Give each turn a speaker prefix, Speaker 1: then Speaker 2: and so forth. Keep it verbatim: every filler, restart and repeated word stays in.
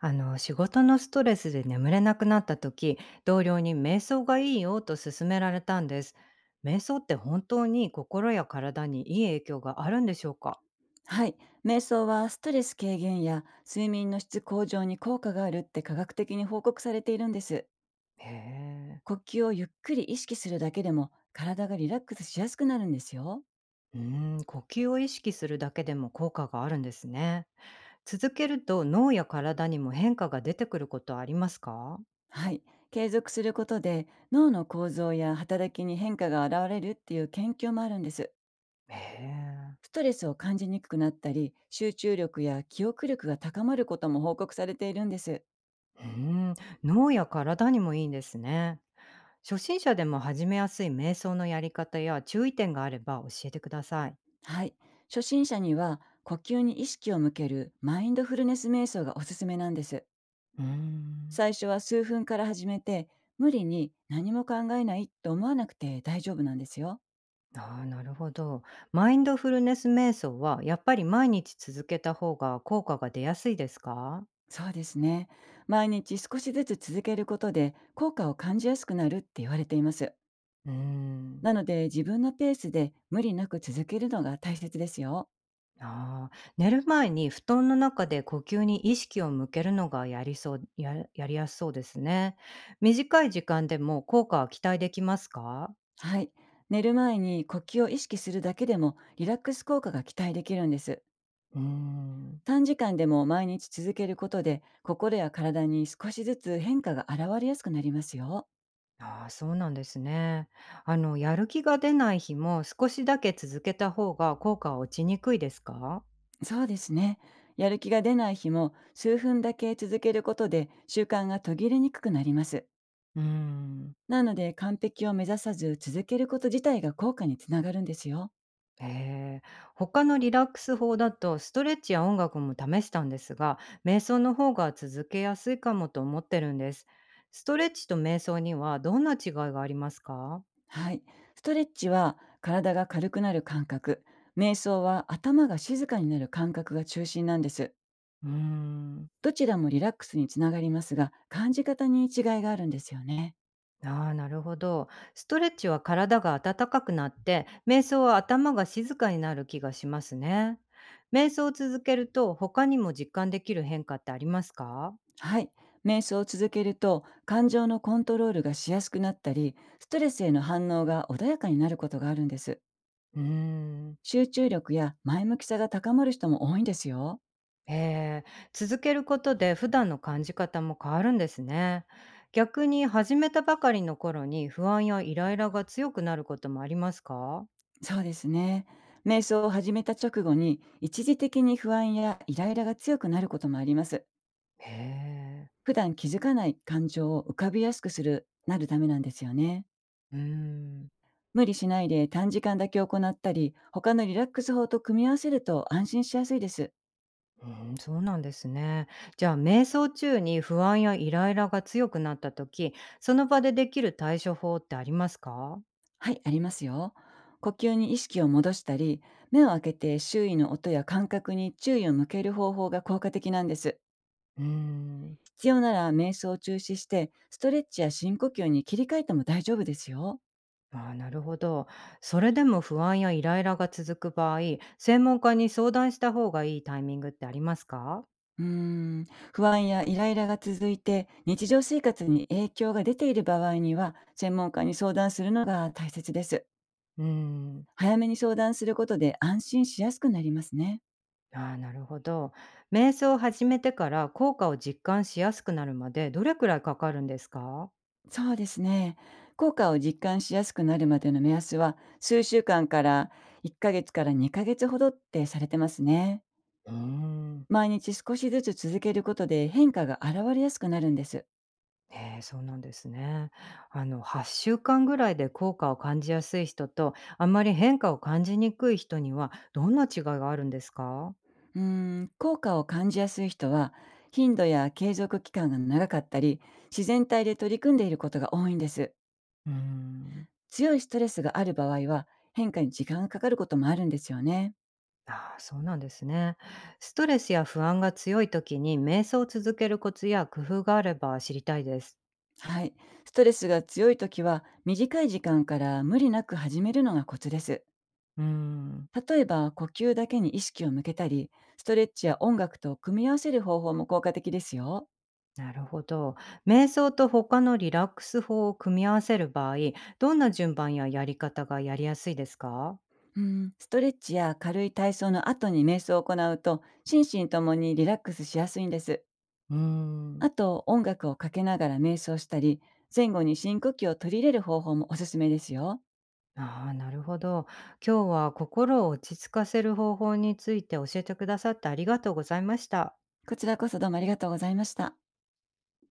Speaker 1: あの仕事のストレスで眠れなくなった時、同僚に瞑想がいいよと勧められたんです。瞑想って本当に心や体にいい影響があるんでしょうか？
Speaker 2: はい。瞑想はストレス軽減や睡眠の質向上に効果があるって科学的に報告されているんです。
Speaker 1: へえ。
Speaker 2: 呼吸をゆっくり意識するだけでも体がリラックスしやすくなるんですよ。
Speaker 1: うーん、呼吸を意識するだけでも効果があるんですね。続けると脳や体にも変化が出てくることありますか？
Speaker 2: はい。継続することで脳の構造や働きに変化が現れるっていう研究もあるんです。
Speaker 1: へえ。
Speaker 2: ストレスを感じにくくなったり、集中力や記憶力が高まることも報告されているんです。
Speaker 1: うーん、脳や体にもいいんですね。初心者でも始めやすい瞑想のやり方や注意点があれば教えてください。
Speaker 2: はい。初心者には呼吸に意識を向けるマインドフルネス瞑想がおすすめなんです。
Speaker 1: うーん。
Speaker 2: 最初は数分から始めて、無理に何も考えないと思わなくて大丈夫なんですよ。
Speaker 1: あー、なるほど。マインドフルネス瞑想は、やっぱり毎日続けた方が効果が出やすいですか？
Speaker 2: そうですね。毎日少しずつ続けることで効果を感じやすくなるって言われています。
Speaker 1: うーん。
Speaker 2: なので、自分のペースで無理なく続けるのが大切ですよ。
Speaker 1: あー、寝る前に布団の中で呼吸に意識を向けるのがやりそう、ややりやすそうですね。短い時間でも効果は期待できますか？
Speaker 2: はい。寝る前に呼吸を意識するだけでもリラックス効果が期待できるんです。
Speaker 1: うーん。
Speaker 2: 短時間でも毎日続けることで、心や体に少しずつ変化が現れやすくなりますよ。
Speaker 1: あー、そうなんですね。あの、やる気が出ない日も少しだけ続けた方が効果は落ちにくいですか？
Speaker 2: そうですね。やる気が出ない日も数分だけ続けることで、習慣が途切れにくくなります。
Speaker 1: うーん。
Speaker 2: なので、完璧を目指さず続けること自体が効果につながるんですよ。
Speaker 1: へえ。他のリラックス法だと、ストレッチや音楽も試したんですが、瞑想の方が続けやすいかもと思ってるんです。ストレッチと瞑想にはどんな違いがありますか？
Speaker 2: はい。ストレッチは体が軽くなる感覚、瞑想は頭が静かになる感覚が中心なんです。
Speaker 1: うーん。
Speaker 2: どちらもリラックスにつながりますが、感じ方に違いがあるんですよね。
Speaker 1: ああ、なるほど。ストレッチは体が温かくなって、瞑想は頭が静かになる気がしますね。瞑想を続けると、他にも実感できる変化ってありますか？
Speaker 2: はい。瞑想を続けると感情のコントロールがしやすくなったり、ストレスへの反応が穏やかになることがあるんです。
Speaker 1: うーん。
Speaker 2: 集中力や前向きさが高まる人も多いんですよ。
Speaker 1: えー、続けることで普段の感じ方も変わるんですね。逆に始めたばかりの頃に不安やイライラが強くなることもありますか？
Speaker 2: そうですね。瞑想を始めた直後に一時的に不安やイライラが強くなることもあります。
Speaker 1: へえ。
Speaker 2: 普段気づかない感情を浮かびやすくする、なるためなんですよね。
Speaker 1: うーん、
Speaker 2: 無理しないで短時間だけ行ったり、他のリラックス法と組み合わせると安心しやすいです。
Speaker 1: うーん、そうなんですね。じゃあ瞑想中に不安やイライラが強くなった時、その場でできる対処法ってありますか？
Speaker 2: はい、ありますよ。呼吸に意識を戻したり、目を開けて周囲の音や感覚に注意を向ける方法が効果的なんです。
Speaker 1: うーん。
Speaker 2: 必要なら瞑想を中止して、ストレッチや深呼吸に切り替えても大丈夫ですよ。
Speaker 1: ああ、なるほど。それでも不安やイライラが続く場合、専門家に相談した方がいいタイミングってありますか？
Speaker 2: うーん、不安やイライラが続いて日常生活に影響が出ている場合には、専門家に相談するのが大切です。
Speaker 1: うん。
Speaker 2: 早めに相談することで安心しやすくなりますね。
Speaker 1: ああ、なるほど。瞑想を始めてから効果を実感しやすくなるまでどれくらいかかるんですか？
Speaker 2: そうですね。効果を実感しやすくなるまでの目安は、数週間からいっかげつからにかげつほどってされてますね。
Speaker 1: うーん。
Speaker 2: 毎日少しずつ続けることで変化が現れやすくなるんです。
Speaker 1: ええ、そうなんですね。あのはっしゅうかんぐらいで効果を感じやすい人と、あんまり変化を感じにくい人にはどんな違いがあるんですか？
Speaker 2: うーん、効果を感じやすい人は、頻度や継続期間が長かったり、自然体で取り組んでいることが多いんです。
Speaker 1: うーん。
Speaker 2: 強いストレスがある場合は、変化に時間がかかることもあるんですよね。
Speaker 1: ああ、そうなんですね。ストレスや不安が強い時に瞑想を続けるコツや工夫があれば知りたいです。
Speaker 2: はい。ストレスが強い時は、短い時間から無理なく始めるのがコツです。
Speaker 1: うーん。
Speaker 2: 例えば、呼吸だけに意識を向けたり、ストレッチや音楽と組み合わせる方法も効果的ですよ。
Speaker 1: なるほど。瞑想と他のリラックス法を組み合わせる場合、どんな順番ややり方がやりやすいですか？
Speaker 2: うん、ストレッチや軽い体操の後に瞑想を行うと、心身ともにリラックスしやすいんです。
Speaker 1: うー
Speaker 2: あ
Speaker 1: ん。
Speaker 2: と、音楽をかけながら瞑想したり、前後に深呼吸を取り入れる方法もおすすめですよ。
Speaker 1: ああ、なるほど。今日は心を落ち着かせる方法について教えてくださってありがとうございました。
Speaker 2: こちらこそ、どうもありがとうございました。